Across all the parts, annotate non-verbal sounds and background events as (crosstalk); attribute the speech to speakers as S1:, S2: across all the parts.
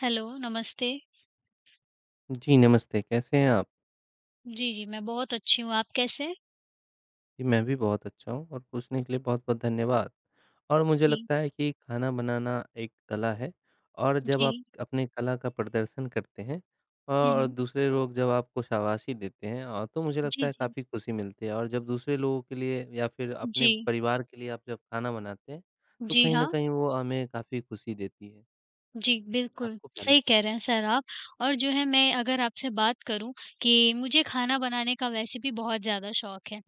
S1: Hello, नमस्ते।
S2: जी, नमस्ते, कैसे हैं आप?
S1: जी, जी, मैं बहुत अच्छी हूँ, आप कैसे हैं?
S2: जी, मैं भी बहुत अच्छा हूँ और पूछने के लिए बहुत-बहुत धन्यवाद। और मुझे
S1: जी,
S2: लगता है कि खाना बनाना एक कला है और जब
S1: जी।
S2: आप अपने कला का प्रदर्शन करते हैं
S1: हुँ,
S2: और
S1: हुँ।
S2: दूसरे लोग जब आपको शाबाशी देते हैं तो मुझे लगता
S1: जी,
S2: है
S1: जी।
S2: काफ़ी खुशी मिलती है और जब दूसरे लोगों के लिए या फिर अपने
S1: जी,
S2: परिवार के लिए आप जब खाना बनाते हैं, तो
S1: जी
S2: कहीं न
S1: हाँ।
S2: कहीं वो हमें काफ़ी खुशी देती है।
S1: जी, बिल्कुल,
S2: आपको क्या
S1: सही
S2: लगता
S1: कह
S2: है?
S1: रहे हैं सर आप। और जो है मैं अगर आपसे बात करूँ कि मुझे खाना बनाने का वैसे भी बहुत ज़्यादा शौक है।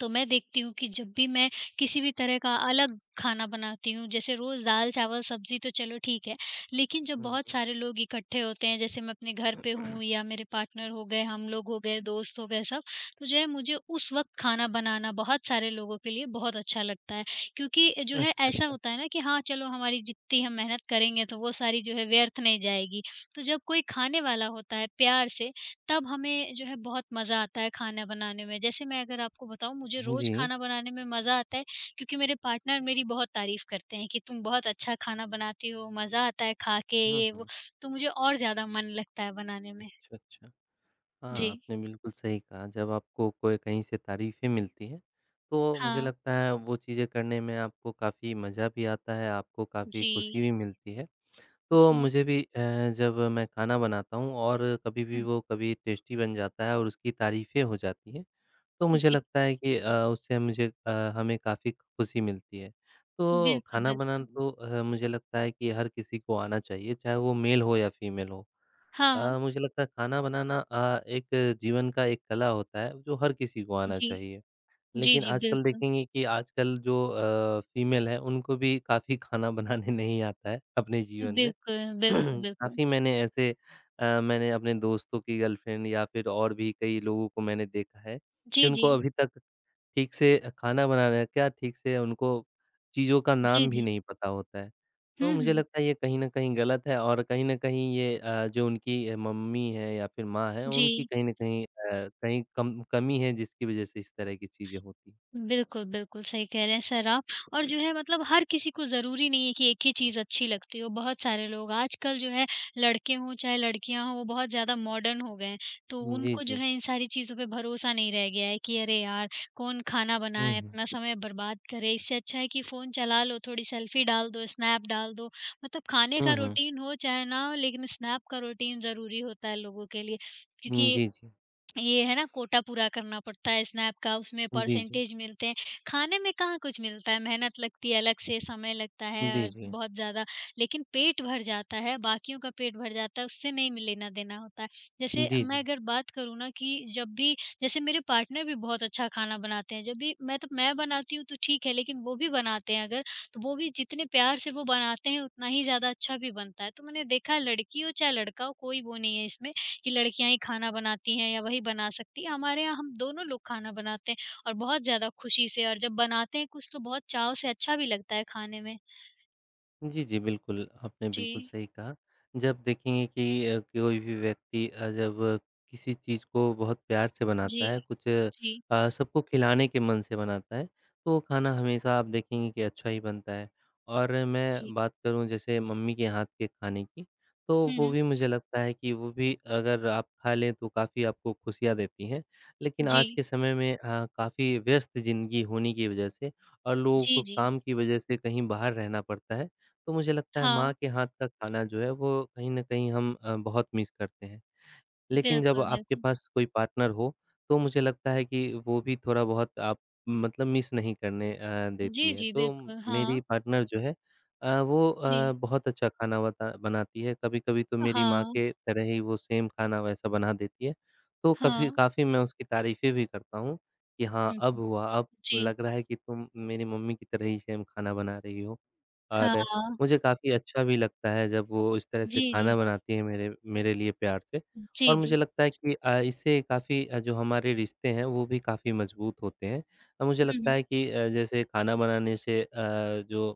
S1: तो मैं देखती हूँ कि जब भी मैं किसी भी तरह का अलग खाना बनाती हूँ, जैसे रोज़ दाल-चावल, सब्ज़ी तो चलो ठीक है, लेकिन जब
S2: हुँ,
S1: बहुत
S2: हुँ।
S1: सारे लोग इकट्ठे होते हैं, जैसे मैं अपने घर पे हूँ या
S2: (clears throat)
S1: मेरे पार्टनर हो गए, हम लोग हो गए, दोस्त हो गए सब, तो जो है मुझे उस वक़्त खाना बनाना बहुत सारे लोगों के लिए बहुत अच्छा लगता है। क्योंकि जो है
S2: अच्छा,
S1: ऐसा
S2: अच्छा।
S1: होता है ना कि हाँ, चलो हमारी जितनी हम मेहनत करेंगे तो वो सारी जो है व्यर्थ नहीं जाएगी। तो जब कोई खाने वाला होता है प्यार से, तब हमें जो है बहुत मज़ा आता है खाना बनाने में। जैसे मैं अगर आपको बताऊँ मुझे रोज़
S2: जी।
S1: खाना बनाने में मज़ा आता है, क्योंकि मेरे पार्टनर मेरी बहुत तारीफ़ करते हैं कि तुम बहुत अच्छा खाना बनाती हो, मज़ा आता है खा के
S2: हुँ,
S1: ये वो।
S2: हुँ।
S1: तो मुझे और ज़्यादा मन लगता है बनाने में।
S2: अच्छा, अच्छा। हाँ,
S1: जी।
S2: आपने बिल्कुल सही कहा, जब आपको कोई कहीं से तारीफ़ें मिलती हैं, तो मुझे
S1: हाँ।
S2: लगता है वो चीज़ें करने में आपको काफ़ी मज़ा भी आता है, आपको काफ़ी खुशी
S1: जी।
S2: भी मिलती है। तो
S1: जी।
S2: मुझे भी जब मैं खाना बनाता हूँ और कभी भी
S1: हुँ,
S2: वो कभी टेस्टी बन जाता है और उसकी तारीफ़ें हो जाती हैं, तो मुझे
S1: जी।
S2: लगता है कि उससे हमें काफ़ी खुशी मिलती है। तो
S1: बिल्कुल,
S2: खाना बनाना
S1: बिल्कुल।
S2: तो मुझे लगता है कि हर किसी को आना चाहिए, चाहे वो मेल हो या फीमेल हो।
S1: हाँ।
S2: मुझे लगता है खाना बनाना एक जीवन का एक कला होता है जो हर किसी को आना
S1: जी।
S2: चाहिए।
S1: जी,
S2: लेकिन
S1: जी,
S2: आजकल
S1: बिल्कुल।
S2: देखेंगे कि आजकल जो फीमेल है उनको भी काफ़ी खाना बनाने (laughs) नहीं आता है अपने जीवन में।
S1: बिल्कुल, बिल्कुल,
S2: (clears throat)
S1: बिल्कुल।
S2: काफ़ी मैंने ऐसे मैंने अपने दोस्तों की गर्लफ्रेंड या फिर और भी कई लोगों को मैंने देखा है कि
S1: जी,
S2: उनको
S1: जी।
S2: अभी तक ठीक से खाना बनाना क्या ठीक से उनको चीज़ों का
S1: जी,
S2: नाम भी
S1: जी।
S2: नहीं पता होता है। तो
S1: हुँ,
S2: मुझे
S1: हुँ।
S2: लगता है ये कहीं न कहीं गलत है और कहीं न कहीं ये जो उनकी मम्मी है या फिर माँ है उनकी
S1: जी।
S2: कहीं न कहीं अ, कहीं कम कमी है जिसकी वज़ह से इस तरह की चीज़ें होती। हैं।
S1: बिल्कुल, बिल्कुल, सही कह रहे हैं सर आप। और जो है मतलब हर किसी को ज़रूरी नहीं है कि एक ही चीज़ अच्छी लगती हो। बहुत सारे लोग आजकल जो है लड़के हों चाहे लड़कियाँ हों, वो बहुत ज़्यादा मॉडर्न हो गए हैं। तो
S2: जी,
S1: उनको जो
S2: जी।
S1: है इन सारी चीज़ों पे भरोसा नहीं रह गया है कि अरे यार! कौन खाना
S2: हुँ,
S1: बनाए,
S2: हुँ।
S1: अपना समय बर्बाद करे, इससे अच्छा है कि फ़ोन चला लो, थोड़ी सेल्फ़ी डाल दो, स्नैप डाल दो। मतलब खाने
S2: हुँ,
S1: का
S2: हुँ।
S1: रूटीन हो चाहे ना हो, लेकिन स्नैप का रूटीन ज़रूरी होता है लोगों के लिए,
S2: हुँ,
S1: क्योंकि
S2: जी, जी।
S1: ये है ना कोटा पूरा करना पड़ता है स्नैप का, उसमें
S2: जी, जी।
S1: परसेंटेज मिलते हैं। खाने में कहाँ कुछ मिलता है, मेहनत लगती है, अलग से समय लगता है
S2: जी,
S1: और
S2: जी।
S1: बहुत ज़्यादा। लेकिन पेट भर जाता है, बाकियों का पेट भर जाता है, उससे नहीं लेना-देना होता है। जैसे
S2: जी, जी।
S1: मैं अगर बात करूँ ना कि जब भी, जैसे मेरे पार्टनर भी बहुत अच्छा खाना बनाते हैं, जब भी मैं तो मैं बनाती हूँ तो ठीक है, लेकिन वो भी बनाते हैं अगर, तो वो भी जितने प्यार से वो बनाते हैं, उतना ही ज़्यादा अच्छा भी बनता है। तो मैंने देखा है लड़की हो चाहे लड़का हो, कोई वो नहीं है इसमें, कि लड़कियाँ ही खाना बनाती हैं या वही बना सकती है। हमारे यहाँ हम दोनों लोग खाना बनाते हैं और बहुत ज़्यादा खुशी से, और जब बनाते हैं कुछ तो बहुत चाव से अच्छा भी लगता है खाने में।
S2: जी, जी, बिल्कुल, आपने
S1: जी,
S2: बिल्कुल सही कहा। जब देखेंगे कि कोई भी व्यक्ति जब किसी चीज़ को बहुत प्यार से
S1: जी,
S2: बनाता है, कुछ
S1: जी,
S2: सबको खिलाने के मन से बनाता है, तो वो खाना हमेशा आप देखेंगे कि अच्छा ही बनता है। और मैं
S1: जी।
S2: बात करूँ जैसे मम्मी के हाथ के खाने की, तो
S1: हुँ,
S2: वो
S1: हुँ।
S2: भी मुझे लगता है कि वो भी अगर आप खा लें तो काफ़ी आपको खुशियाँ देती हैं। लेकिन
S1: जी,
S2: आज के समय में काफ़ी व्यस्त ज़िंदगी होने की वजह से और लोगों
S1: जी,
S2: को
S1: जी।
S2: काम की वजह से कहीं बाहर रहना पड़ता है। तो मुझे लगता है
S1: हाँ,
S2: माँ के हाथ का खाना जो है वो कहीं न कहीं हम बहुत मिस करते हैं। लेकिन जब
S1: बिल्कुल,
S2: आपके
S1: बिल्कुल।
S2: पास कोई पार्टनर हो, तो मुझे लगता है कि वो भी थोड़ा-बहुत आप मतलब मिस नहीं करने
S1: जी,
S2: देती है।
S1: जी,
S2: तो
S1: बिल्कुल।
S2: मेरी
S1: हाँ,
S2: पार्टनर जो है वो
S1: जी।
S2: बहुत अच्छा खाना बता बनाती है। कभी-कभी तो मेरी माँ
S1: हाँ,
S2: के तरह ही वो सेम खाना वैसा बना देती है। तो कभी
S1: हाँ।
S2: काफ़ी मैं उसकी तारीफ़ें भी करता हूँ कि हाँ,
S1: हुँ,
S2: अब
S1: हुँ।
S2: हुआ, अब
S1: जी।
S2: लग रहा है कि तुम मेरी मम्मी की तरह ही सेम खाना बना रही हो।
S1: हाँ,
S2: और मुझे काफ़ी अच्छा भी लगता है जब वो इस तरह से
S1: जी,
S2: खाना
S1: जी।
S2: बनाती है मेरे मेरे लिए प्यार से। और
S1: जी,
S2: मुझे
S1: जी।
S2: लगता है कि इससे काफ़ी जो हमारे रिश्ते हैं वो भी काफ़ी मजबूत होते हैं। मुझे
S1: हुँ,
S2: लगता
S1: हुँ।
S2: है कि जैसे खाना बनाने से जो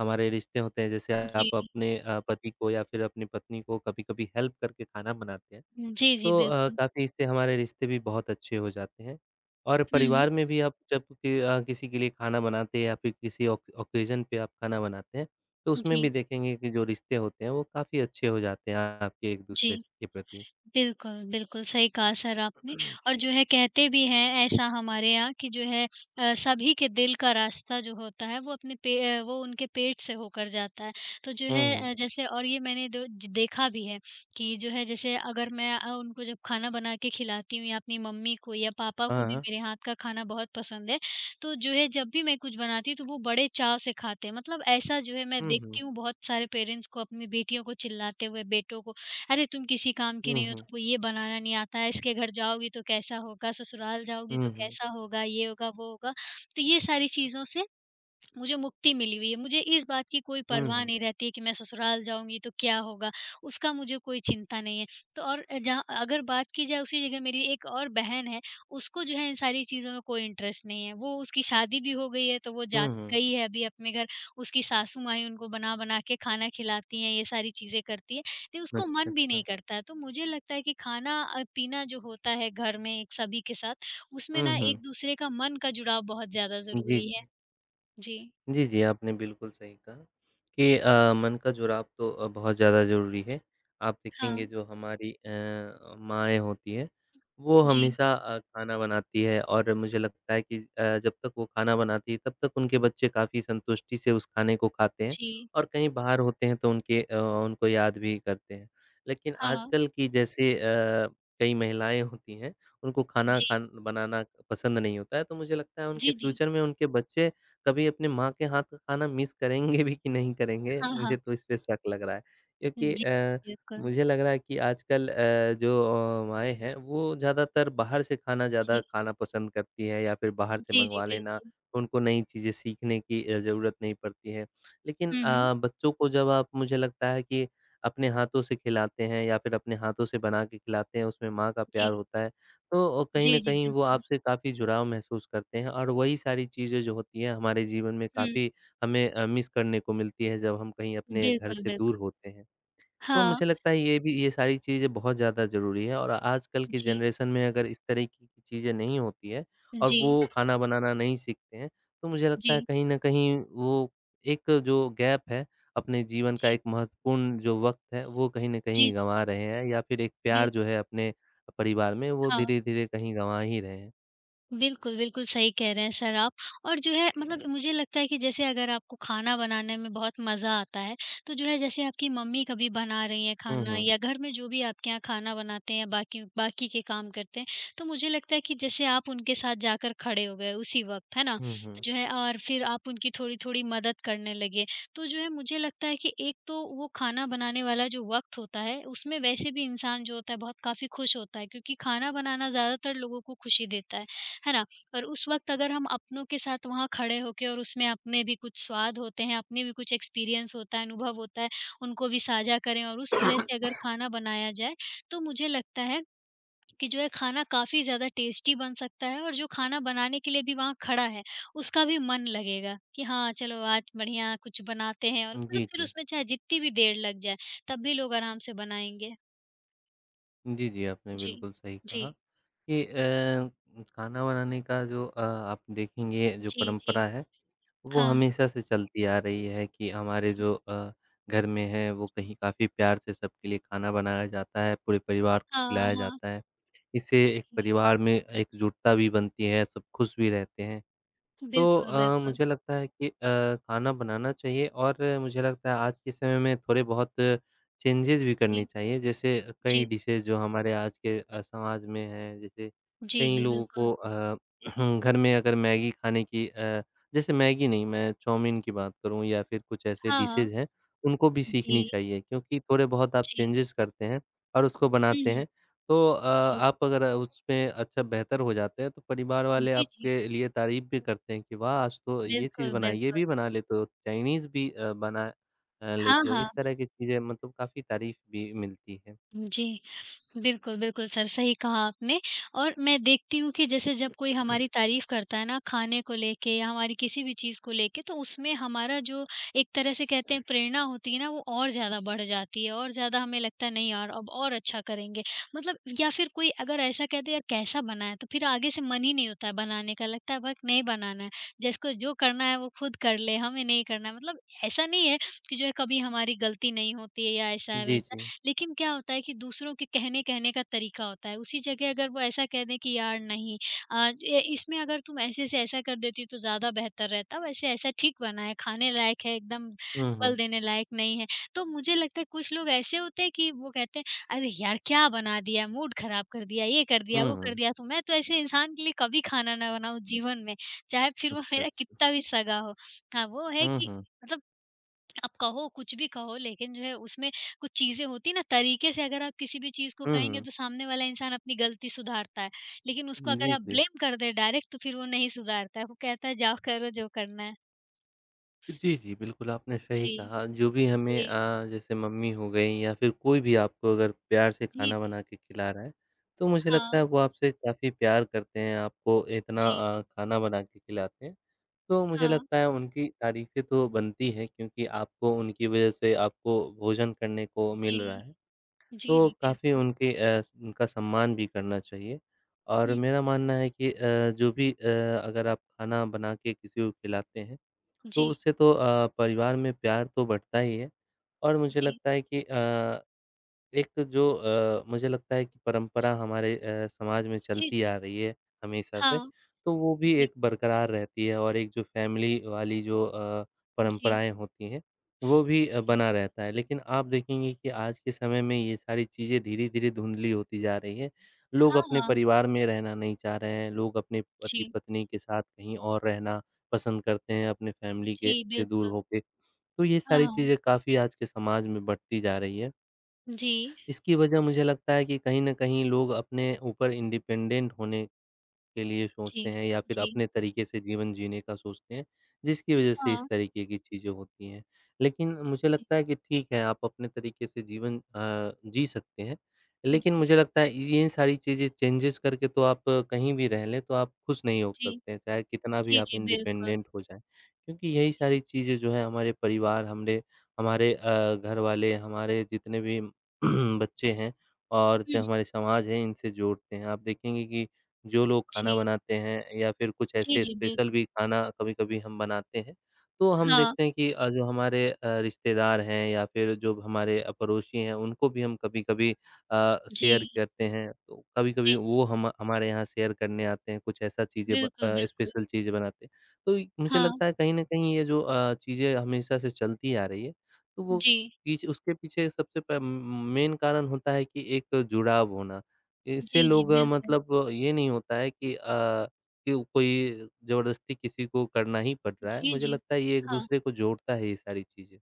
S2: हमारे रिश्ते होते हैं जैसे
S1: जी।
S2: आप अपने पति को या फिर अपनी पत्नी को कभी-कभी हेल्प करके खाना बनाते हैं,
S1: जी, जी,
S2: तो
S1: बिल्कुल।
S2: काफ़ी इससे हमारे रिश्ते भी बहुत अच्छे हो जाते हैं। और
S1: हुँ, हुँ।
S2: परिवार में भी आप जब कि किसी के लिए खाना बनाते हैं या फिर किसी ओक ओकेज़न पे आप खाना बनाते हैं, तो उसमें भी
S1: जी,
S2: देखेंगे कि जो रिश्ते होते हैं वो काफ़ी अच्छे हो जाते हैं आपके
S1: जी।
S2: एक-दूसरे के प्रति।
S1: बिल्कुल, बिल्कुल, सही कहा सर आपने। और जो है कहते भी हैं ऐसा हमारे यहाँ कि जो है सभी के दिल का रास्ता जो होता है वो अपने पे वो उनके पेट से होकर जाता है। तो जो
S2: हुँ,
S1: है
S2: हुँ।
S1: जैसे और ये मैंने दो ज देखा भी है कि जो है जैसे अगर मैं उनको जब खाना बना के खिलाती हूँ या अपनी मम्मी को या पापा को भी
S2: हाँ।
S1: मेरे हाथ का खाना बहुत पसंद है। तो जो है जब भी मैं कुछ बनाती हूँ तो वो बड़े चाव से खाते हैं। मतलब ऐसा जो है मैं
S2: हुँ, हुँ।
S1: देखती हूँ बहुत सारे पेरेंट्स को अपनी बेटियों को चिल्लाते हुए, बेटों को, अरे तुम किसी काम की
S2: हुँ,
S1: नहीं हो,
S2: हुँ।
S1: तुमको ये बनाना नहीं आता है, इसके घर जाओगी तो कैसा होगा, ससुराल जाओगी
S2: हुँ,
S1: तो
S2: हुँ।
S1: कैसा होगा, ये होगा, वो होगा। तो ये सारी चीज़ों से मुझे मुक्ति मिली हुई है, मुझे इस बात की कोई
S2: हुँ,
S1: परवाह
S2: हुँ।
S1: नहीं रहती है कि मैं ससुराल जाऊँगी तो क्या होगा? उसका मुझे कोई चिंता नहीं है। तो और जहाँ अगर बात की जाए उसी जगह मेरी एक और बहन है, उसको जो है इन सारी चीज़ों में कोई इंटरेस्ट नहीं है। वो उसकी शादी भी हो गई है तो वो जा
S2: हुँ, हुँ।
S1: गई है अभी अपने घर, उसकी सासू माँ ही उनको बना-बना के खाना खिलाती हैं, ये सारी चीज़ें करती है। लेकिन उसको
S2: अच्छा,
S1: मन भी नहीं
S2: अच्छा।
S1: करता है, तो मुझे लगता है कि खाना पीना जो होता है घर में एक सभी के साथ, उसमें
S2: हुँ,
S1: ना
S2: हुँ।
S1: एक-दूसरे का मन का जुड़ाव बहुत ज़्यादा
S2: जी,
S1: ज़रूरी है।
S2: जी।
S1: जी।
S2: जी, जी, आपने बिल्कुल सही कहा कि मन का जुड़ाव तो बहुत ज़्यादा ज़रूरी है। आप
S1: हाँ,
S2: देखेंगे जो हमारी माएँ होती हैं, वो
S1: जी, हुँ।
S2: हमेशा खाना बनाती है और मुझे लगता है कि जब तक वो खाना बनाती है, तब तक उनके बच्चे काफ़ी संतुष्टि से उस खाने को खाते हैं
S1: जी,
S2: और कहीं बाहर होते हैं तो उनको याद भी करते हैं। लेकिन
S1: हाँ,
S2: आजकल की जैसे कई महिलाएँ होती हैं, उनको खाना
S1: जी,
S2: खान बनाना पसंद नहीं होता है, तो मुझे लगता है उनके
S1: जी, जी,
S2: फ्यूचर में उनके बच्चे कभी अपने माँ के हाथ का खाना मिस करेंगे भी कि नहीं करेंगे,
S1: हाँ,
S2: मुझे
S1: हाँ,
S2: तो इस पे शक लग रहा है। क्योंकि
S1: जी, बिल्कुल,
S2: मुझे लग रहा है कि आजकल जो माएँ हैं, वो ज़्यादातर बाहर से खाना ज़्यादा
S1: जी,
S2: खाना पसंद करती हैं या फिर बाहर से
S1: जी, जी,
S2: मँगवा लेना,
S1: बिल्कुल,
S2: उनको नई चीज़ें सीखने की ज़रूरत नहीं पड़ती है। लेकिन
S1: हुँ, हुँ,
S2: बच्चों को जब आप मुझे लगता है कि अपने हाथों से खिलाते हैं या फिर अपने हाथों से बना के खिलाते हैं, उसमें माँ का
S1: जी,
S2: प्यार होता है, तो कहीं न
S1: जी, जी,
S2: कहीं वो
S1: बिल्कुल,
S2: आपसे काफ़ी जुड़ाव महसूस करते हैं और वही सारी चीज़ें जो होती हैं हमारे जीवन में
S1: हुँ,
S2: काफ़ी हमें मिस करने को मिलती है जब हम कहीं अपने घर
S1: बिल्कुल,
S2: से दूर
S1: बिल्कुल,
S2: होते हैं। तो
S1: हाँ,
S2: मुझे लगता है ये सारी चीज़ें बहुत ज़्यादा ज़रूरी है और आजकल की
S1: जी,
S2: जनरेशन में अगर इस तरीके की चीज़ें नहीं होती है और
S1: जी,
S2: वो खाना बनाना नहीं सीखते हैं, तो मुझे लगता है
S1: जी,
S2: कहीं न कहीं वो एक जो गैप है, अपने जीवन का
S1: जी,
S2: एक महत्वपूर्ण जो वक़्त है, वो कहीं न
S1: जी,
S2: कहीं
S1: जी,
S2: गँवा रहे हैं या फिर एक प्यार जो
S1: बिल्कुल,
S2: है अपने परिवार में, वो
S1: हाँ।
S2: धीरे-धीरे कहीं गँवा ही रहे हैं।
S1: बिल्कुल, बिल्कुल सही कह रहे हैं सर आप। और जो है मतलब मुझे लगता है कि जैसे अगर आपको खाना बनाने में बहुत मज़ा आता है, तो जो है जैसे आपकी मम्मी कभी बना रही हैं
S2: हुँ,
S1: खाना
S2: हुँ।
S1: या घर में जो भी आपके यहाँ खाना बनाते हैं बाकी बाकी के काम करते हैं, तो मुझे लगता है कि जैसे आप उनके साथ जाकर खड़े हो गए उसी वक़्त, है ना?
S2: हुँ,
S1: तो
S2: हुँ।
S1: जो है और फिर आप उनकी थोड़ी-थोड़ी मदद करने लगे, तो जो है मुझे लगता है कि एक तो वो खाना बनाने वाला जो वक़्त होता है, उसमें वैसे भी इंसान जो होता है बहुत काफ़ी खुश होता है, क्योंकि खाना बनाना ज़्यादातर लोगों को खुशी देता है। है ना? और उस वक़्त अगर हम अपनों के साथ वहाँ खड़े होके और उसमें अपने भी कुछ स्वाद होते हैं, अपने भी कुछ एक्सपीरियंस होता है, अनुभव होता है, उनको भी साझा करें और उस तरह से अगर खाना बनाया जाए, तो मुझे लगता है कि जो है खाना काफ़ी ज़्यादा टेस्टी बन सकता है, और जो खाना बनाने के लिए भी वहाँ खड़ा है, उसका भी मन लगेगा कि हाँ, चलो आज बढ़िया कुछ बनाते हैं, और मतलब
S2: जी,
S1: फिर
S2: जी।
S1: उसमें चाहे जितनी भी देर लग जाए, तब भी लोग आराम से बनाएँगे।
S2: जी, जी, आपने
S1: जी।
S2: बिल्कुल सही
S1: जी।
S2: कहा कि खाना बनाने का जो आप देखेंगे जो
S1: जी, जी।
S2: परंपरा है वो
S1: हाँ।
S2: हमेशा से चलती आ रही है कि हमारे
S1: जी।
S2: जो घर में है वो कहीं काफ़ी प्यार से सबके लिए खाना बनाया जाता है, पूरे परिवार को
S1: हाँ,
S2: खिलाया
S1: हाँ।
S2: जाता है। इससे एक परिवार में एकजुटता भी बनती है, सब खुश भी रहते हैं। तो
S1: बिल्कुल, बिल्कुल।
S2: मुझे लगता है कि खाना बनाना चाहिए और मुझे लगता है आज के समय में थोड़े बहुत चेंजेस भी करनी
S1: जी,
S2: चाहिए। जैसे कई
S1: जी।
S2: डिशेज़ जो हमारे आज के समाज में हैं, जैसे
S1: जी,
S2: कई
S1: जी,
S2: लोगों
S1: बिल्कुल।
S2: को (clears throat) घर में अगर मैगी खाने की अ, जैसे मैगी नहीं, मैं चाउमीन की बात करूँ या फिर कुछ ऐसे
S1: हाँ, हाँ।
S2: डिशेज़ हैं, उनको भी सीखनी
S1: जी,
S2: चाहिए क्योंकि थोड़े बहुत आप
S1: जी।
S2: चेंजेज़ करते हैं और उसको
S1: हुँ,
S2: बनाते
S1: हुँ।
S2: हैं। तो
S1: जी।
S2: आप अगर उसमें अच्छा बेहतर हो जाते हैं, तो परिवार वाले
S1: जी, जी।
S2: आपके लिए तारीफ़ भी करते हैं कि वाह! आज तो ये चीज़
S1: बिल्कुल,
S2: बनाई, ये
S1: बिल्कुल।
S2: भी बना लेते हो, चाइनीज़ भी बना
S1: हाँ,
S2: लेते हो।
S1: हाँ।
S2: इस तरह की चीज़ें मतलब काफ़ी तारीफ़ भी मिलती है।
S1: जी। बिल्कुल, बिल्कुल सर, सही कहा आपने। और मैं देखती हूँ कि जैसे जब कोई हमारी तारीफ़ करता है ना खाने को लेके या हमारी किसी भी चीज़ को लेके तो उसमें हमारा जो एक तरह से कहते हैं प्रेरणा होती है ना वो और ज़्यादा बढ़ जाती है, और ज़्यादा हमें लगता है नहीं यार अब और अच्छा करेंगे। मतलब या फिर कोई अगर ऐसा कहते यार कैसा बना है तो फिर आगे से मन ही नहीं होता है बनाने का, लगता है बस नहीं बनाना है। जिसको जो करना है वो खुद कर ले, हमें नहीं करना है। मतलब ऐसा नहीं है कि जो है कभी हमारी गलती नहीं होती है या ऐसा है
S2: जी,
S1: वैसा
S2: जी।
S1: है। लेकिन क्या होता है कि दूसरों के कहने कहने का तरीका होता है, उसी जगह अगर वो ऐसा कह दें कि यार नहीं, अ, ए इसमें अगर तुम ऐसे से ऐसा कर देती तो ज़्यादा बेहतर रहता, वैसे ऐसा ठीक बना है, खाने लायक है, एकदम
S2: हुँ, हुँ।
S1: बल देने लायक नहीं है। तो मुझे लगता है कुछ लोग ऐसे होते हैं कि वो कहते हैं, "अरे यार क्या बना दिया, मूड खराब कर दिया, ये कर दिया,
S2: हुँ,
S1: वो कर
S2: हुँ।
S1: दिया।" तो मैं तो ऐसे इंसान के लिए कभी खाना ना बनाऊँ जीवन में, चाहे फिर वो
S2: अच्छा,
S1: मेरा
S2: अच्छा।
S1: कितना भी सगा हो। हाँ, वो है
S2: हुँ,
S1: कि
S2: हुँ।
S1: मतलब आप कहो कुछ भी कहो लेकिन जो है उसमें कुछ चीज़ें होती हैं ना तरीके से अगर आप किसी भी चीज़ को
S2: हुँ,
S1: कहेंगे
S2: हुँ।
S1: तो सामने वाला इंसान अपनी गलती सुधारता है। लेकिन उसको अगर
S2: जी,
S1: आप
S2: जी।
S1: ब्लेम कर दें डायरेक्ट तो फिर वो नहीं सुधारता है। वो कहता है जाओ करो जो करना है।
S2: जी, जी, बिल्कुल आपने सही
S1: जी,
S2: कहा, जो भी हमें
S1: जी।
S2: जैसे मम्मी हो गईं या फिर कोई भी आपको अगर प्यार से
S1: जी,
S2: खाना
S1: जी।
S2: बना के खिला रहा है, तो मुझे लगता
S1: हाँ,
S2: है वो आपसे काफ़ी प्यार करते हैं, आपको इतना
S1: जी।
S2: खाना बना के खिलाते हैं। तो मुझे
S1: हाँ,
S2: लगता है उनकी तारीफ़ें तो बनती हैं क्योंकि आपको उनकी वज़ह से आपको भोजन करने को
S1: जी।
S2: मिल रहा है,
S1: जी,
S2: तो
S1: जी,
S2: काफ़ी
S1: बिल्कुल।
S2: उनका सम्मान भी करना चाहिए। और
S1: हुँ,
S2: मेरा मानना है कि जो भी अगर आप खाना बना के किसी को खिलाते हैं तो
S1: जी,
S2: उससे तो परिवार में प्यार तो बढ़ता ही है और मुझे
S1: जी।
S2: लगता है कि एक जो मुझे लगता है कि परंपरा हमारे समाज में
S1: जी,
S2: चलती
S1: जी।
S2: आ रही है हमेशा से,
S1: हाँ,
S2: तो वो भी
S1: जी,
S2: एक बरकरार रहती है और एक जो फैमिली वाली जो
S1: जी।
S2: परंपराएँ होती हैं, वो भी
S1: जी, जी,
S2: बना
S1: बिल
S2: रहता है। लेकिन आप देखेंगे कि आज के समय में ये सारी चीज़ें धीरे-धीरे धुंधली होती जा रही हैं। लोग
S1: हाँ,
S2: अपने
S1: हाँ।
S2: परिवार में रहना नहीं चाह रहे हैं, लोग अपने
S1: जी,
S2: पति-पत्नी के साथ कहीं और रहना पसंद करते हैं, अपने फैमिली के
S1: जी,
S2: से दूर
S1: बिल्कुल।
S2: होके। तो ये
S1: हाँ,
S2: सारी
S1: हाँ।
S2: चीज़ें काफ़ी आज के समाज में बढ़ती जा रही है।
S1: जी,
S2: इसकी वजह मुझे लगता है कि कहीं न कहीं लोग अपने ऊपर इंडिपेंडेंट होने के लिए
S1: जी,
S2: सोचते हैं या फिर
S1: जी।
S2: अपने तरीके से जीवन जीने का सोचते हैं, जिसकी वजह से
S1: हाँ,
S2: इस तरीके की चीज़ें होती हैं। लेकिन मुझे
S1: जी,
S2: लगता है कि ठीक है, आप अपने तरीके से जीवन जी सकते हैं, लेकिन
S1: जी,
S2: मुझे लगता है ये इन सारी चीज़ें चेंजेज़ करके तो आप कहीं भी रह लें, तो आप खुश नहीं हो
S1: जी।
S2: सकते हैं, चाहे कितना भी
S1: जी,
S2: आप
S1: जी, बिल्कुल।
S2: इंडिपेंडेंट हो जाएँ। क्योंकि यही
S1: जी।
S2: सारी चीज़ें जो हैं हमारे परिवार, हमरे हमारे घरवाले, हमारे जितने भी (clears throat) बच्चे हैं और
S1: हुँ,
S2: जो
S1: हुँ।
S2: हमारे समाज है, इनसे जोड़ते हैं। आप देखेंगे कि जो लोग खाना
S1: जी।
S2: बनाते हैं या फिर कुछ
S1: जी,
S2: ऐसे
S1: जी,
S2: स्पेशल
S1: बिल्कुल।
S2: भी खाना कभी-कभी हम बनाते हैं, तो हम
S1: हाँ।
S2: देखते हैं कि जो हमारे रिश्तेदार हैं या फिर जो हमारे पड़ोसी हैं, उनको भी हम कभी-कभी
S1: जी।
S2: शेयर करते हैं। तो कभी-कभी
S1: जी, जी।
S2: वो हम हमारे यहाँ शेयर करने आते हैं, कुछ ऐसा चीज़ें
S1: बिल्कुल, बिल्कुल।
S2: स्पेशल चीज़ें बनाते हैं। तो इ मुझे
S1: हाँ।
S2: लगता है कहीं न कहीं ये जो चीज़ें हमेशा से चलती आ रही है, तो वो
S1: जी।
S2: पीछे उसके पीछे सबसे प म मेन कारण होता है कि एक जुड़ाव होना। इससे
S1: जी, जी,
S2: लोग
S1: बिल्कुल।
S2: मतलब ये नहीं होता है कि कोई ज़बरदस्ती किसी को करना ही पड़ रहा है।
S1: जी,
S2: मुझे
S1: जी।
S2: लगता है ये
S1: हाँ।
S2: एक-दूसरे को जोड़ता है ये सारी चीज़ें।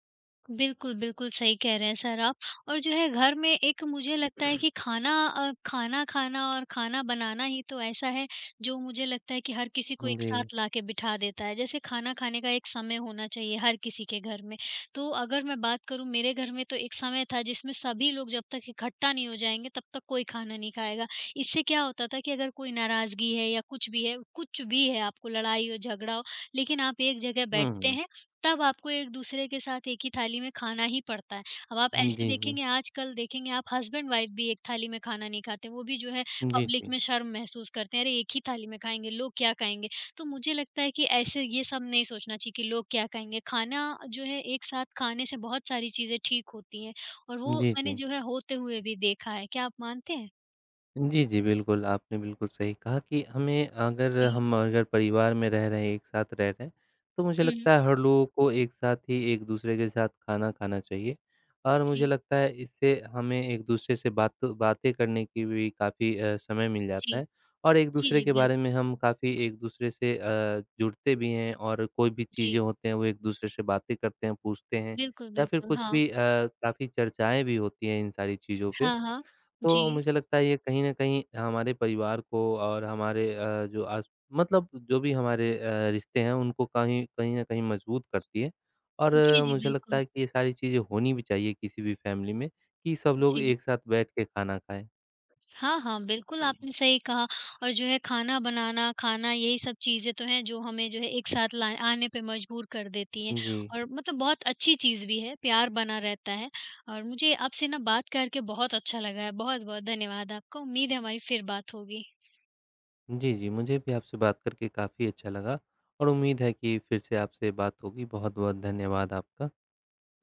S1: बिल्कुल, बिल्कुल सही कह रहे हैं सर आप। और जो है घर में एक मुझे लगता है कि खाना खाना खाना और खाना बनाना ही तो ऐसा है, जो मुझे लगता है कि हर किसी को एक
S2: जी।
S1: साथ लाके बिठा देता है। जैसे खाना खाने का एक समय होना चाहिए हर किसी के घर में। तो अगर मैं बात करूँ मेरे घर में तो एक समय था जिसमें सभी लोग जब तक इकट्ठा नहीं हो जाएँगे तब तक कोई खाना नहीं खाएगा। इससे क्या होता था कि अगर कोई नाराज़गी है या कुछ भी है आपको लड़ाई हो, झगड़ा हो, लेकिन आप एक जगह
S2: हुँ,
S1: बैठते
S2: हुँ।
S1: हैं, तब आपको एक-दूसरे के साथ एक ही थाली में खाना ही पड़ता है। अब आप ऐसे
S2: जी, जी।
S1: देखेंगे आजकल देखेंगे आप हस्बैंड-वाइफ भी एक थाली में खाना नहीं खाते, वो भी जो है
S2: जी,
S1: पब्लिक
S2: जी।
S1: में शर्म महसूस करते हैं, अरे! एक ही थाली में खाएँगे, लोग क्या खाएँगे? तो मुझे लगता है कि ऐसे ये सब नहीं सोचना चाहिए कि लोग क्या खाएँगे। खाना जो है एक साथ खाने से बहुत सारी चीज़ें ठीक होती हैं और वो
S2: जी,
S1: मैंने
S2: जी।
S1: जो है होते हुए भी देखा है। क्या आप मानते हैं?
S2: जी, जी, बिल्कुल, आपने बिल्कुल सही कहा कि हमें अगर
S1: जी।
S2: हम अगर परिवार में रह रहे हैं, एक साथ रह रहे हैं, तो मुझे
S1: हुँ, हुँ।
S2: लगता है हर लोगों को एक साथ ही एक-दूसरे के साथ खाना खाना चाहिए और मुझे
S1: जी,
S2: लगता है इससे हमें एक-दूसरे से बातें करने की भी काफ़ी समय मिल
S1: जी।
S2: जाता है और
S1: जी,
S2: एक-दूसरे
S1: जी,
S2: के बारे
S1: बिल्कुल।
S2: में हम काफ़ी एक-दूसरे से जुड़ते भी हैं और कोई भी चीज़ें
S1: जी।
S2: होते हैं, वो एक-दूसरे से बातें करते हैं, पूछते हैं
S1: बिल्कुल,
S2: या फिर
S1: बिल्कुल।
S2: कुछ
S1: हाँ।
S2: भी काफ़ी चर्चाएँ भी होती हैं इन सारी चीज़ों पे।
S1: हाँ, हाँ।
S2: तो
S1: जी।
S2: मुझे लगता है ये कहीं न कहीं हमारे परिवार को और हमारे अ, जो आस मतलब जो भी हमारे रिश्ते हैं उनको कहीं कहीं न कहीं मजबूत करती है। और
S1: जी, जी,
S2: मुझे लगता
S1: बिल्कुल।
S2: है कि ये सारी चीज़ें होनी भी चाहिए किसी भी फैमिली में कि सब लोग
S1: जी।
S2: एक साथ बैठ के खाना खाएँ।
S1: हाँ, हाँ, बिल्कुल आपने सही कहा। और जो है खाना बनाना, खाना यही सब चीज़ें तो हैं जो हमें जो है एक साथ ला आने पे मजबूर कर देती हैं
S2: जी।
S1: और मतलब बहुत अच्छी चीज़ भी है, प्यार बना रहता है। और मुझे आपसे ना बात करके बहुत अच्छा लगा है। बहुत-बहुत धन्यवाद आपका। उम्मीद है हमारी फिर बात होगी।
S2: जी, जी, मुझे भी आपसे बात करके काफ़ी अच्छा लगा और उम्मीद है कि फिर से आपसे बात होगी। बहुत-बहुत धन्यवाद आपका।